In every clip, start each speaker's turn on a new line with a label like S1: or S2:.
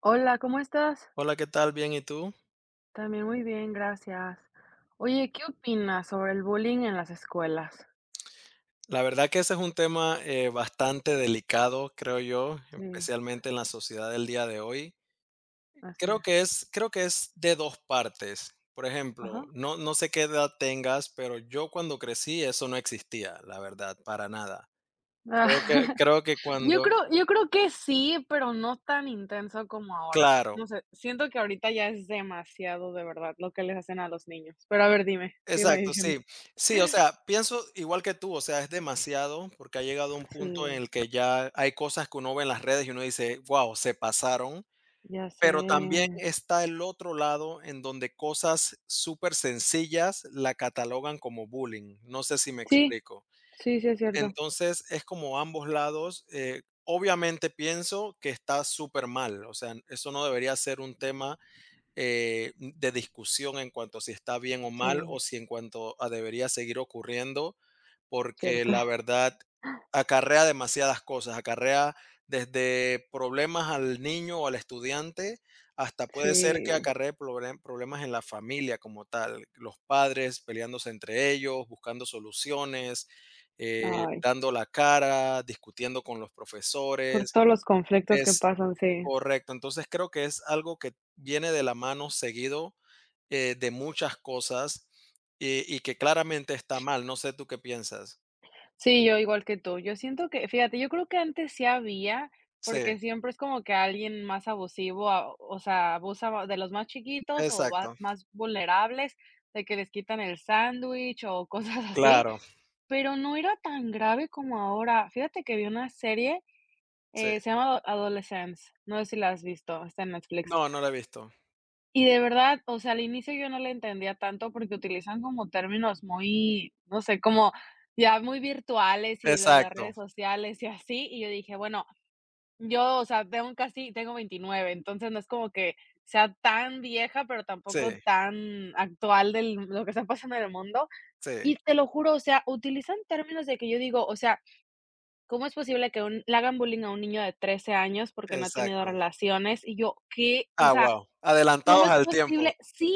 S1: Hola, ¿cómo estás?
S2: Hola, ¿qué tal? Bien, ¿y tú?
S1: También muy bien, gracias. Oye, ¿qué opinas sobre el bullying en las escuelas?
S2: La verdad que ese es un tema bastante delicado, creo yo,
S1: Sí,
S2: especialmente en la sociedad del día de hoy.
S1: así es.
S2: Creo que es de dos partes. Por
S1: Ajá.
S2: ejemplo, no, no sé qué edad tengas, pero yo cuando crecí eso no existía, la verdad, para nada.
S1: Ah,
S2: Creo que
S1: Yo
S2: cuando,
S1: creo yo creo que sí, pero no tan intenso como ahora. No
S2: claro,
S1: sé, siento que ahorita ya es demasiado de verdad lo que les hacen a los niños. Pero a ver, dime, sígueme
S2: exacto,
S1: diciendo.
S2: sí. Sí, o sea, pienso igual que tú, o sea, es demasiado porque ha llegado un punto en
S1: Sí,
S2: el que ya hay cosas que uno ve en las redes y uno dice, wow, se pasaron.
S1: ya
S2: Pero también
S1: sé.
S2: está el otro lado en donde cosas súper sencillas la catalogan como bullying, no sé si me
S1: Sí,
S2: explico.
S1: sí, sí es cierto.
S2: Entonces, es como ambos lados, obviamente pienso que está súper mal. O sea, eso no debería ser un tema de discusión en cuanto a si está bien o
S1: Sí,
S2: mal o si en cuanto a debería seguir ocurriendo, porque
S1: cierto.
S2: la verdad acarrea demasiadas cosas, acarrea desde problemas al niño o al estudiante, hasta puede ser que
S1: Sí,
S2: acarree problemas en la familia como tal, los padres peleándose entre ellos, buscando soluciones,
S1: ay,
S2: dando la cara, discutiendo con los
S1: por
S2: profesores,
S1: todos los conflictos que
S2: es
S1: pasan, sí.
S2: correcto. Entonces, creo que es algo que viene de la mano seguido, de muchas cosas, y que claramente está mal. No sé tú qué piensas.
S1: Sí, yo igual que tú. Yo siento que, fíjate, yo creo que antes sí había,
S2: Sí,
S1: porque siempre es como que alguien más abusivo, o sea, de los más chiquitos o
S2: exacto.
S1: más vulnerables, de que les quitan el sándwich o cosas así,
S2: Claro,
S1: pero no era tan grave como ahora. Fíjate que vi una serie,
S2: sí.
S1: se llama Adolescence, no sé si la has visto, está en Netflix.
S2: No, no lo he visto.
S1: Y de verdad, o sea, al inicio yo no le entendía tanto porque utilizan como términos muy, no sé, como ya muy virtuales y lo de las
S2: Exacto.
S1: redes sociales y así, y yo dije: "Bueno, yo, o sea, tengo casi tengo 29, entonces no es como que sea tan vieja, pero tampoco
S2: Sí,
S1: tan actual del lo que está pasando en el mundo".
S2: sí,
S1: Y te lo juro, o sea, utilizan términos de que yo digo, o sea, ¿cómo es posible que un le hagan bullying a un niño de 13 años porque no ha tenido
S2: exacto.
S1: relaciones? Y yo, ¿qué? O
S2: Ah,
S1: sea,
S2: wow,
S1: ¿cómo
S2: adelantados
S1: es
S2: al tiempo.
S1: posible? Sí,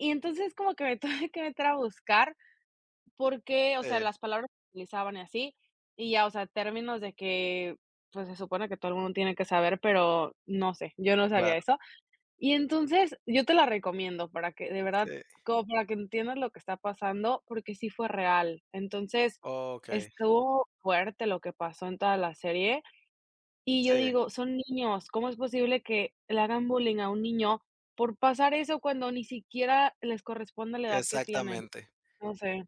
S1: y entonces como que me tuve que meter a buscar porque, o sea,
S2: Sí,
S1: las palabras que utilizaban y así, y ya, o sea, términos de que, pues, se supone que todo el mundo tiene que saber, pero no sé, yo no sabía
S2: claro,
S1: eso. Y entonces yo te la recomiendo para que de verdad,
S2: sí.
S1: como para que entiendas lo que está pasando, porque sí fue real. Entonces,
S2: Okey.
S1: estuvo fuerte lo que pasó en toda la serie y yo
S2: Sí,
S1: digo: "Son niños, ¿cómo es posible que le hagan bullying a un niño por pasar eso cuando ni siquiera les corresponde la edad que tienen?".
S2: exactamente.
S1: No sé,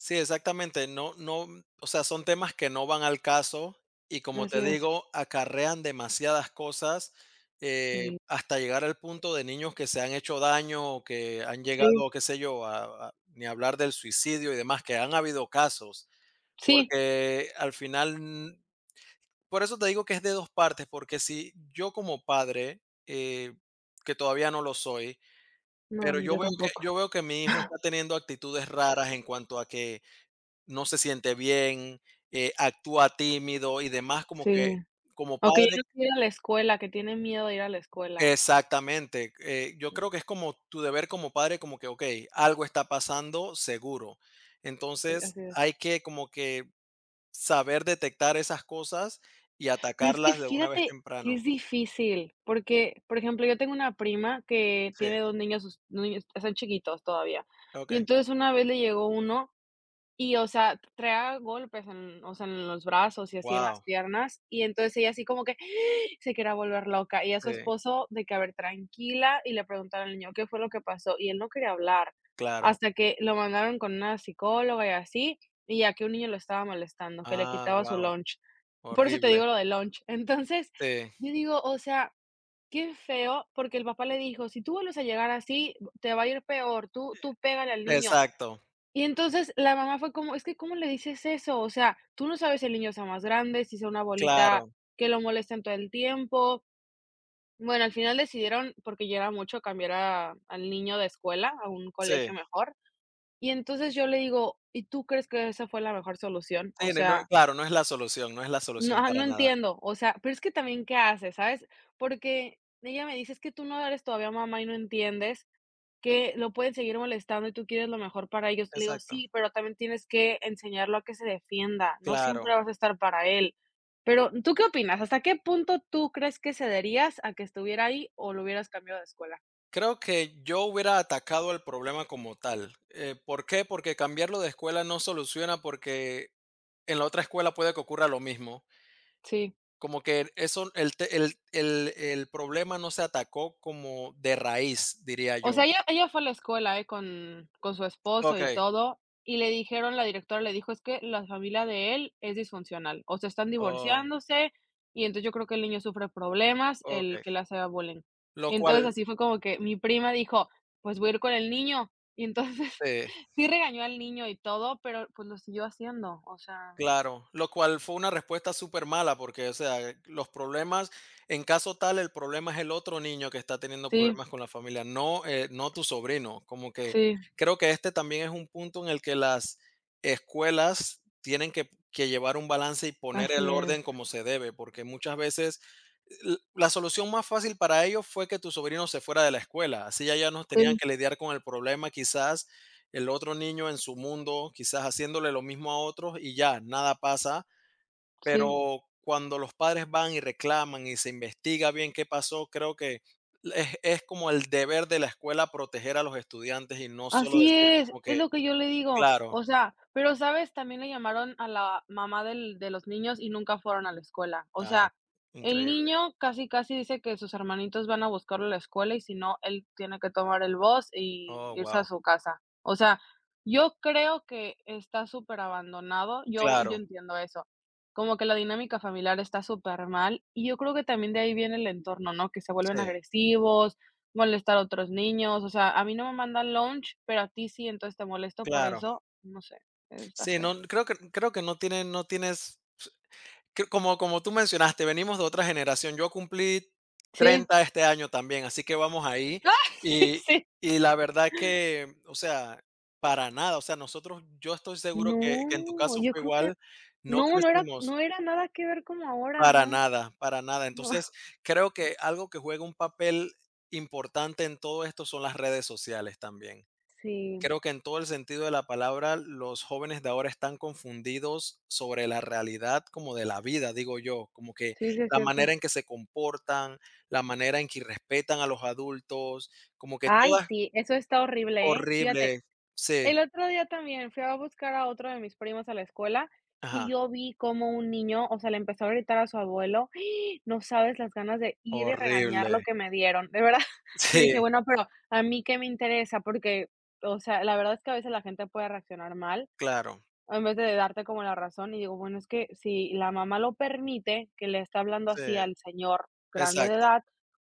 S2: Sí, exactamente. No, no, o sea, son temas que no van al caso y como
S1: así
S2: te
S1: es.
S2: digo, acarrean demasiadas cosas,
S1: Sí,
S2: hasta llegar al punto de niños que se han hecho daño o que han
S1: sí,
S2: llegado, qué sé yo, a, ni hablar del suicidio y demás, que han habido casos,
S1: sí.
S2: porque al final, por eso te digo que es de dos partes, porque si yo como padre, eh, que todavía no lo soy,
S1: No,
S2: pero
S1: ni yo tampoco.
S2: yo veo que mi hijo está teniendo actitudes raras en cuanto a que no se siente bien, actúa tímido y demás, como
S1: Sí.
S2: que como
S1: O que ya
S2: padre
S1: no quiere ir a la escuela, que tiene miedo de ir a la escuela.
S2: exactamente, yo
S1: Mm,
S2: creo que es como tu deber como padre, como que, okey, algo está pasando seguro.
S1: sí,
S2: Entonces,
S1: así es.
S2: hay que como que saber detectar esas cosas y
S1: Pero es que
S2: atacarlas de una vez
S1: fíjate que
S2: temprano.
S1: es difícil, porque, por ejemplo, yo tengo una prima que
S2: Sí,
S1: tiene 2 niños, sus niños están chiquitos todavía. Y
S2: okey.
S1: entonces una vez le llegó uno. Y, o sea, traía golpes en, o sea, en los brazos y así en las
S2: Wow,
S1: piernas. Y entonces ella así como que se quería volver loca. Y a su
S2: sí,
S1: esposo de que, a ver, tranquila, y le preguntaron al niño qué fue lo que pasó. Y él no quería hablar
S2: claro.
S1: hasta que lo mandaron con una psicóloga y así, y ya que un niño lo estaba molestando, que le
S2: Ah,
S1: quitaba su
S2: wow,
S1: lunch. Por eso te
S2: horrible.
S1: digo lo de lunch. Entonces,
S2: Sí,
S1: yo digo, o sea, qué feo, porque el papá le dijo, si tú vuelves a llegar así, te va a ir peor, tú, pégale al niño.
S2: exacto,
S1: Y entonces la mamá fue como: "Es que, ¿cómo le dices eso? O sea, tú no sabes si el niño sea más grande, si sea una bolita
S2: claro,
S1: que lo molestan todo el tiempo". Bueno, al final decidieron, porque ya era mucho, cambiar a al niño de escuela a un colegio
S2: sí,
S1: mejor. Y entonces yo le digo: "¿Y tú crees que esa fue la mejor solución? O
S2: sí, no, no,
S1: sea,
S2: claro, no es la solución, no es la
S1: no,
S2: solución
S1: ajá, no
S2: para nada.
S1: entiendo, o sea, pero es que también, ¿qué haces?", ¿sabes? Porque ella me dice: "Es que tú no eres todavía mamá y no entiendes" que lo pueden seguir molestando y tú quieres lo mejor para ellos. Le digo,
S2: Exacto.
S1: sí, pero también tienes que enseñarlo a que se defienda, no
S2: Claro,
S1: siempre vas a estar para él. Pero, ¿tú qué opinas? ¿Hasta qué punto tú crees que cederías a que estuviera ahí o lo hubieras cambiado de escuela?
S2: creo que yo hubiera atacado el problema como tal. ¿Por qué? Porque cambiarlo de escuela no soluciona porque en la otra escuela puede que ocurra lo mismo.
S1: Sí.
S2: Como que eso, el, el problema no se atacó como de raíz, diría
S1: O sea,
S2: yo.
S1: ella fue a la escuela, ¿eh? Con su esposo
S2: Ok,
S1: y todo, y le dijeron la directora le dijo: "Es que la familia de él es disfuncional, o sea, están
S2: oh,
S1: divorciándose, y entonces yo creo que el niño sufre problemas, el
S2: ok.
S1: que le hace bullying".
S2: Lo
S1: Y entonces
S2: cual,
S1: así fue como que mi prima dijo: "Pues voy a ir con el niño". Y entonces
S2: sí,
S1: sí regañó al niño y todo, pero, pues, lo siguió haciendo, o sea,
S2: claro, lo cual fue una respuesta súper mala porque, o sea, los problemas, en caso tal, el problema es el otro niño que está teniendo
S1: sí,
S2: problemas con la familia, no, no tu sobrino. Como que
S1: sí,
S2: creo que este también es un punto en el que las escuelas tienen que llevar un balance y poner
S1: así
S2: el
S1: es.
S2: orden como se debe, porque muchas veces la solución más fácil para ellos fue que tu sobrino se fuera de la escuela, así ya ya no tenían
S1: Sí,
S2: que lidiar con el problema, quizás el otro niño en su mundo, quizás haciéndole lo mismo a otros y ya, nada pasa.
S1: sí.
S2: Pero cuando los padres van y reclaman y se investiga bien qué pasó, creo que es como el deber de la escuela proteger a los estudiantes y no solo
S1: Así
S2: decir como
S1: es
S2: que,
S1: lo que yo le digo.
S2: claro,
S1: O sea, pero, ¿sabes? También le llamaron a la mamá del de los niños y nunca fueron a la escuela. O
S2: ah,
S1: sea, el
S2: increíble.
S1: niño casi, casi dice que sus hermanitos van a buscarlo a la escuela y si no, él tiene que tomar el bus y
S2: Oh,
S1: irse a
S2: wow.
S1: su casa. O sea, yo creo que está súper abandonado. Yo
S2: Claro,
S1: entiendo eso. Como que la dinámica familiar está súper mal y yo creo que también de ahí viene el entorno, ¿no? Que se vuelven
S2: sí,
S1: agresivos, molestar a otros niños, o sea, a mí no me mandan lunch, pero a ti sí, entonces te molesto por
S2: claro.
S1: eso, no sé, está
S2: Sí,
S1: feo.
S2: no, creo que no tienes que, como como tú mencionaste, venimos de otra generación. Yo cumplí
S1: Sí.
S2: 30 este año también, así que vamos ahí. Y
S1: Sí.
S2: y la verdad que, o sea, para nada, o sea, nosotros yo estoy seguro que en tu
S1: No,
S2: caso
S1: yo
S2: fue
S1: creo que
S2: igual, no
S1: no, no
S2: crecimos
S1: era nada que ver como ahora,
S2: para
S1: no,
S2: nada, para nada.
S1: no.
S2: Entonces, creo que algo que juega un papel importante en todo esto son las redes sociales también.
S1: Sí,
S2: Creo que en todo el sentido de la palabra, los jóvenes de ahora están confundidos sobre la realidad como de la vida, digo yo, como que
S1: sí, sí es
S2: la
S1: cierto.
S2: manera en que se comportan, la manera en que respetan a los adultos, como que
S1: Ay,
S2: todas
S1: sí, eso está horrible, ¿eh? Fíjate,
S2: horrible. Sí,
S1: el otro día también fui a buscar a otro de mis primos a la escuela
S2: ajá,
S1: y yo vi como un niño, o sea, le empezó a gritar a su abuelo. ¡Ah! No sabes las ganas de ir y regañar
S2: horrible.
S1: lo que me dieron, de verdad. Yo dije,
S2: Sí,
S1: bueno, pero a mí qué me interesa, porque, o sea, la verdad es que a veces la gente puede reaccionar mal.
S2: claro.
S1: En vez de darte como la razón, y digo, bueno, es que si la mamá lo permite, que le está hablando
S2: Sí,
S1: así al señor grande de
S2: exacto.
S1: edad,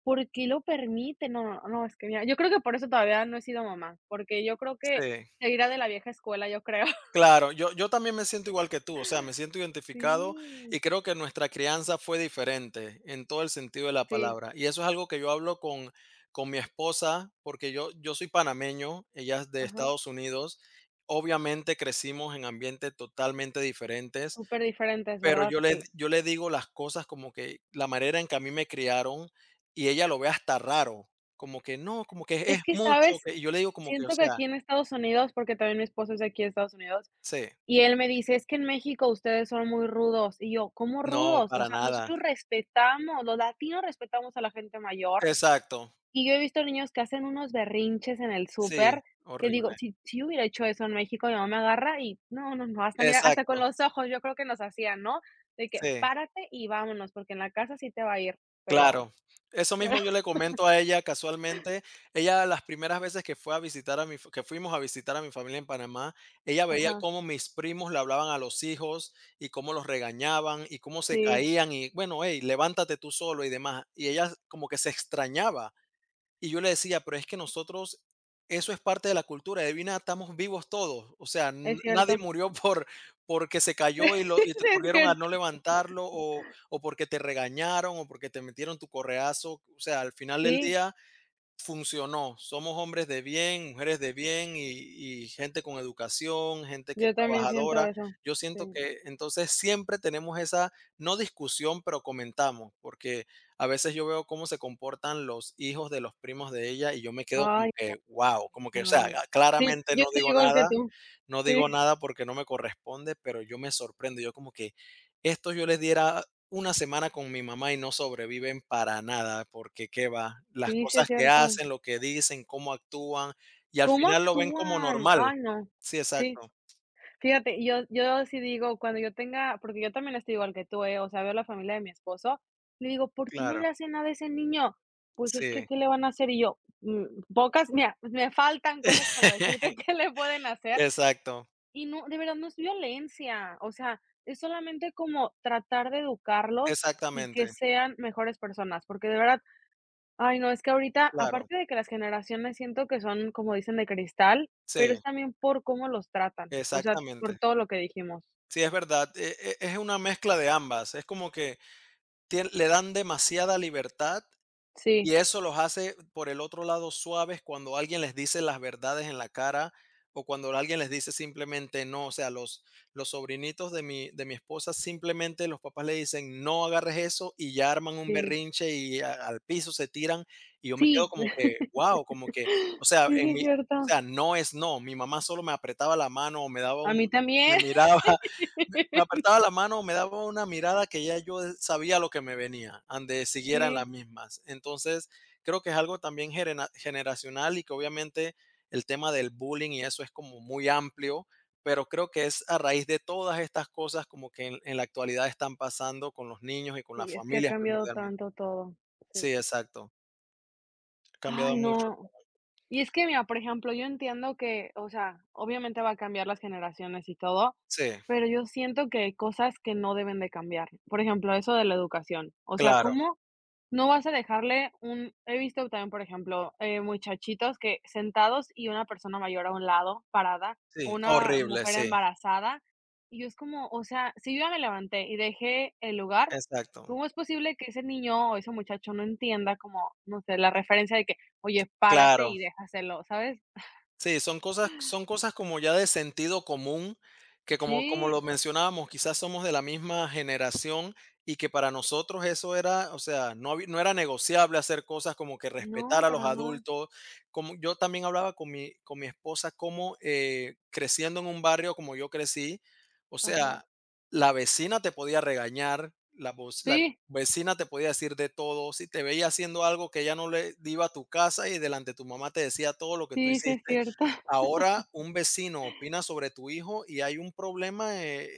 S1: ¿por qué lo permite? No, no, no, es que mira, yo creo que por eso todavía no he sido mamá, porque yo creo que
S2: Sí.
S1: seguirá de la vieja escuela, yo creo.
S2: Claro, yo también me siento igual que tú, o sea, me siento identificado
S1: Sí,
S2: y creo que nuestra crianza fue diferente en todo el sentido de la
S1: sí,
S2: palabra. Y eso es algo que yo hablo con mi esposa, porque yo soy panameño, ella es de
S1: ajá,
S2: Estados Unidos. Obviamente crecimos en ambientes totalmente diferentes,
S1: súper diferentes,
S2: pero
S1: ¿verdad? Sí.
S2: yo le digo las cosas como que la manera en que a mí me criaron y ella lo ve hasta raro, como que no, como que es
S1: Es que,
S2: mucho.
S1: ¿sabes?
S2: Que-". Y yo le digo como que, o
S1: Siento que
S2: sea,
S1: aquí en Estados Unidos, porque también mi esposo es de aquí de Estados Unidos,
S2: sí,
S1: y él me dice: "Es que en México ustedes son muy rudos". Y yo: "¿Cómo
S2: no,
S1: rudos?". O
S2: para
S1: sea,
S2: nada.
S1: nosotros respetamos, los latinos respetamos a la gente mayor,
S2: Exacto.
S1: y yo he visto niños que hacen unos berrinches en el
S2: Sí,
S1: súper, que digo,
S2: horrible.
S1: si yo hubiera hecho eso en México, mi mamá me agarra y no, no, no, hasta mira, hasta con
S2: Exacto,
S1: los ojos yo creo que nos hacían, ¿no? De que:
S2: sí,
S1: "Párate y vámonos, porque en la casa sí te va a ir". Pero
S2: claro. Eso
S1: pero
S2: mismo yo le comento a ella casualmente. Ella las primeras veces que fue a visitar a mi f que fuimos a visitar a mi familia en Panamá, ella veía
S1: ajá,
S2: cómo mis primos le hablaban a los hijos y cómo los regañaban y cómo se
S1: sí,
S2: caían y bueno: "Hey, levántate tú solo", y demás. Y ella como que se extrañaba. Y yo le decía, pero es que nosotros, eso es parte de la cultura, divina, estamos vivos todos. O sea,
S1: es
S2: nadie
S1: cierto.
S2: murió por porque se cayó y, lo,
S1: Sí,
S2: y te
S1: es
S2: corrieron a
S1: cierto.
S2: no levantarlo o porque te regañaron o porque te metieron tu correazo. O sea, al final del
S1: Sí,
S2: día funcionó. Somos hombres de bien, mujeres de bien y gente con educación, gente que es
S1: yo también siento
S2: trabajadora.
S1: eso.
S2: Yo siento
S1: Sí.
S2: que entonces siempre tenemos esa, no discusión, pero comentamos, porque a veces yo veo cómo se comportan los hijos de los primos de ella y yo me quedo como
S1: Ay.
S2: que, wow, como que, o sea,
S1: No.
S2: ah,
S1: Sí,
S2: claramente
S1: yo
S2: no
S1: estoy
S2: digo
S1: igual que
S2: nada.
S1: tú.
S2: No
S1: Sí,
S2: digo nada porque no me corresponde, pero yo me sorprendo. Yo como que estos yo les diera una semana con mi mamá y no sobreviven para nada, porque qué va, las
S1: sí, sí es
S2: cosas que
S1: cierto.
S2: hacen, lo que dicen, cómo actúan, y al
S1: ¿Cómo
S2: final lo ven como
S1: actúan?
S2: normal.
S1: Ay, no.
S2: Sí,
S1: Sí.
S2: exacto,
S1: Fíjate, yo sí digo, cuando yo tenga porque yo también estoy igual que tú, ¿eh? O sea, veo la familia de mi esposo, le digo: "¿Por qué no le
S2: claro,
S1: hacen nada a ese niño?". "Pues es que,
S2: sí.
S1: ¿qué le van a hacer?". Y yo, mm, pocas mira, me faltan cosas para decirte qué le pueden hacer.
S2: Exacto,
S1: Y no, de verdad no es violencia, o sea, es solamente como tratar de educarlos y que
S2: exactamente,
S1: sean mejores personas, porque de verdad Ay, no, es que ahorita,
S2: claro,
S1: aparte de que las generaciones siento que son, como dicen, de cristal, pero es
S2: sí,
S1: también por cómo los tratan, o sea, por
S2: exactamente.
S1: todo lo que dijimos.
S2: Sí, es verdad, e es una mezcla de ambas, es como que tien le dan demasiada libertad.
S1: Sí,
S2: Y eso los hace, por el otro lado, suaves cuando alguien les dice las verdades en la cara o cuando alguien les dice simplemente no. O sea, los sobrinitos de mi esposa simplemente los papás le dicen no agarres eso y ya arman un
S1: sí,
S2: berrinche y al piso se tiran. Y yo me quedo
S1: sí.
S2: como que, wow, como que, o sea,
S1: Sí, sí,
S2: en
S1: es
S2: mi, o
S1: cierto.
S2: sea, no es no. Mi mamá solo me apretaba la mano o me daba
S1: A
S2: un,
S1: mí
S2: me
S1: también.
S2: miraba me apretaba la mano, me daba una mirada que ya yo sabía lo que me venía, ande siguieran
S1: Sí,
S2: las mismas. Entonces, creo que es algo también generacional y que obviamente el tema del bullying y eso es como muy amplio, pero creo que es a raíz de todas estas cosas como que en la actualidad están pasando con los niños y con las
S1: sí, es que ha
S2: familias
S1: cambiado
S2: primordialmente.
S1: tanto todo. Sí.
S2: Sí, exacto. Ha cambiado
S1: Ay,
S2: mucho.
S1: no. Y es que, mira, por ejemplo, yo entiendo que, o sea, obviamente va a cambiar las generaciones y todo,
S2: Sí,
S1: pero yo siento que hay cosas que no deben de cambiar. Por ejemplo, eso de la educación. O sea,
S2: claro.
S1: ¿cómo no vas a dejarle un he visto también, por ejemplo, muchachitos que sentados y una persona mayor a un lado, parada, o
S2: Sí,
S1: una
S2: horrible,
S1: mujer
S2: sí,
S1: embarazada, y yo es como, o sea, si yo ya me levanté y dejé el lugar,
S2: exacto.
S1: ¿cómo es posible que ese niño o ese muchacho no entienda como, no sé, la referencia de que oye, párate y
S2: Claro.
S1: déjaselo, ¿sabes?
S2: Sí, son cosas como ya de sentido común, que como como lo
S1: Sí,
S2: mencionábamos, quizás somos de la misma generación y que para nosotros eso era, o sea, no era negociable hacer cosas como que
S1: no,
S2: respetar a los
S1: para nada.
S2: adultos. Como yo también hablaba con mi esposa cómo, creciendo en un barrio como yo crecí, o
S1: Ajá.
S2: sea, la vecina te podía regañar, la
S1: Sí,
S2: vecina te podía decir de todo, si te veía haciendo algo que ya no le iba a tu casa y delante de tu mamá te decía todo lo que tú
S1: sí, sí es
S2: hiciste.
S1: cierto.
S2: Ahora un vecino opina sobre tu hijo y hay un problema,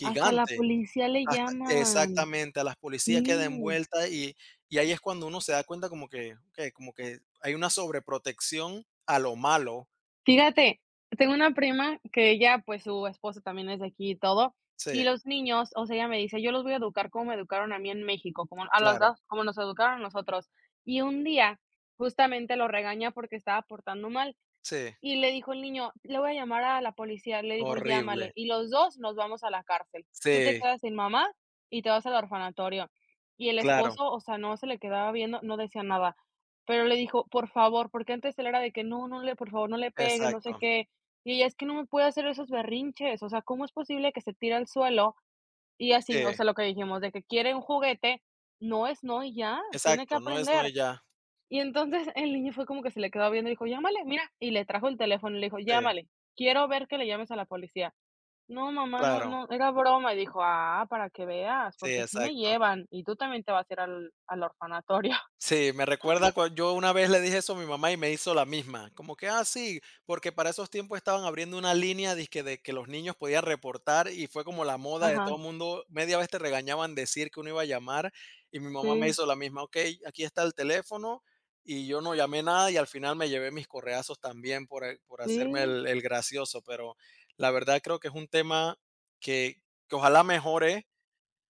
S1: Hasta la policía le
S2: Hasta
S1: llaman.
S2: exactamente, a las policías queda
S1: Sí.
S2: envuelta y ahí es cuando uno se da cuenta como que okey, como que hay una sobreprotección a lo malo.
S1: Fíjate, tengo una prima que ella, pues, su esposo también es de aquí y todo,
S2: Sí,
S1: y los niños, o sea, ella me dice: "Yo los voy a educar como me educaron a mí en México, como a los
S2: claro.
S1: 2, como nos educaron a nosotros". Y un día, justamente, lo regaña porque estaba portando mal.
S2: Sí,
S1: Y le dijo el niño: "Le voy a llamar a la policía". Le dijo: "Llámale,
S2: horrible.
S1: y los 2 nos vamos a la cárcel. Tú te
S2: Sí,
S1: quedas sin mamá y te vas al orfanatorio". Y el
S2: claro,
S1: esposo, o sea, no se le quedaba viendo, no decía nada, pero le dijo: "Por favor", porque antes él era de que: "No, no le por favor, no le pegues, no sé
S2: exacto.
S1: qué". Y ella: "Es que no me puede hacer esos berrinches, o sea, ¿cómo es posible que se tire al suelo?". Y
S2: Sí,
S1: así, o sea, lo que dijimos de que quiere un juguete, no es no y ya, tiene que
S2: exacto, no es no
S1: aprender.
S2: y ya.
S1: Y entonces el niño fue como que se le quedó viendo y dijo: "Llámale, mira", y le trajo el teléfono y le dijo:
S2: Sí,
S1: "Llámale, quiero ver que le llames a la policía". "No, mamá, no,
S2: claro.
S1: no, era broma", y dijo: "Ah, para que veas,
S2: Sí,
S1: porque sí me
S2: exacto.
S1: llevan y tú también te vas a ir al orfanatorio".
S2: Sí, me recuerda cua yo una vez le dije eso a mi mamá y me hizo la misma, como que: "Ah, sí", porque para esos tiempos estaban abriendo una línea dizque de que los niños podían reportar, y fue como la moda de
S1: Ajá,
S2: todo el mundo, media vez te regañaban decir que uno iba a llamar, y mi mamá me
S1: sí,
S2: hizo la misma: "Okey, aquí está el teléfono", y yo no llamé nada, y al final me llevé mis correazos también por el por hacerme
S1: sí,
S2: el gracioso, pero la verdad creo que es un tema que ojalá mejore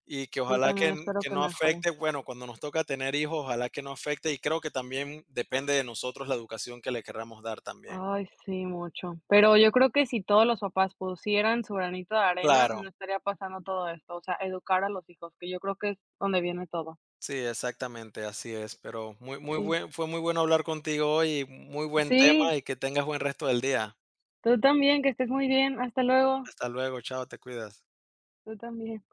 S2: y que
S1: yo
S2: ojalá
S1: también
S2: que
S1: espero que
S2: no
S1: mejore.
S2: afecte, bueno, cuando nos toca tener hijos, ojalá que no afecte, y creo que también depende de nosotros la educación que le querramos dar también.
S1: Ay, sí, mucho. Pero yo creo que si todos los papás pusieran su granito de arena, no
S2: Claro,
S1: estaría pasando todo esto, o sea, educar a los hijos, que yo creo que es donde viene todo.
S2: sí, exactamente, así es, pero muy muy
S1: Sí.
S2: buen fue muy bueno hablar contigo hoy, y muy buen
S1: Sí.
S2: tema y que tengas buen resto del día.
S1: Tú también, que estés muy bien. Hasta luego.
S2: Hasta luego, chao, te cuidas.
S1: Tú también.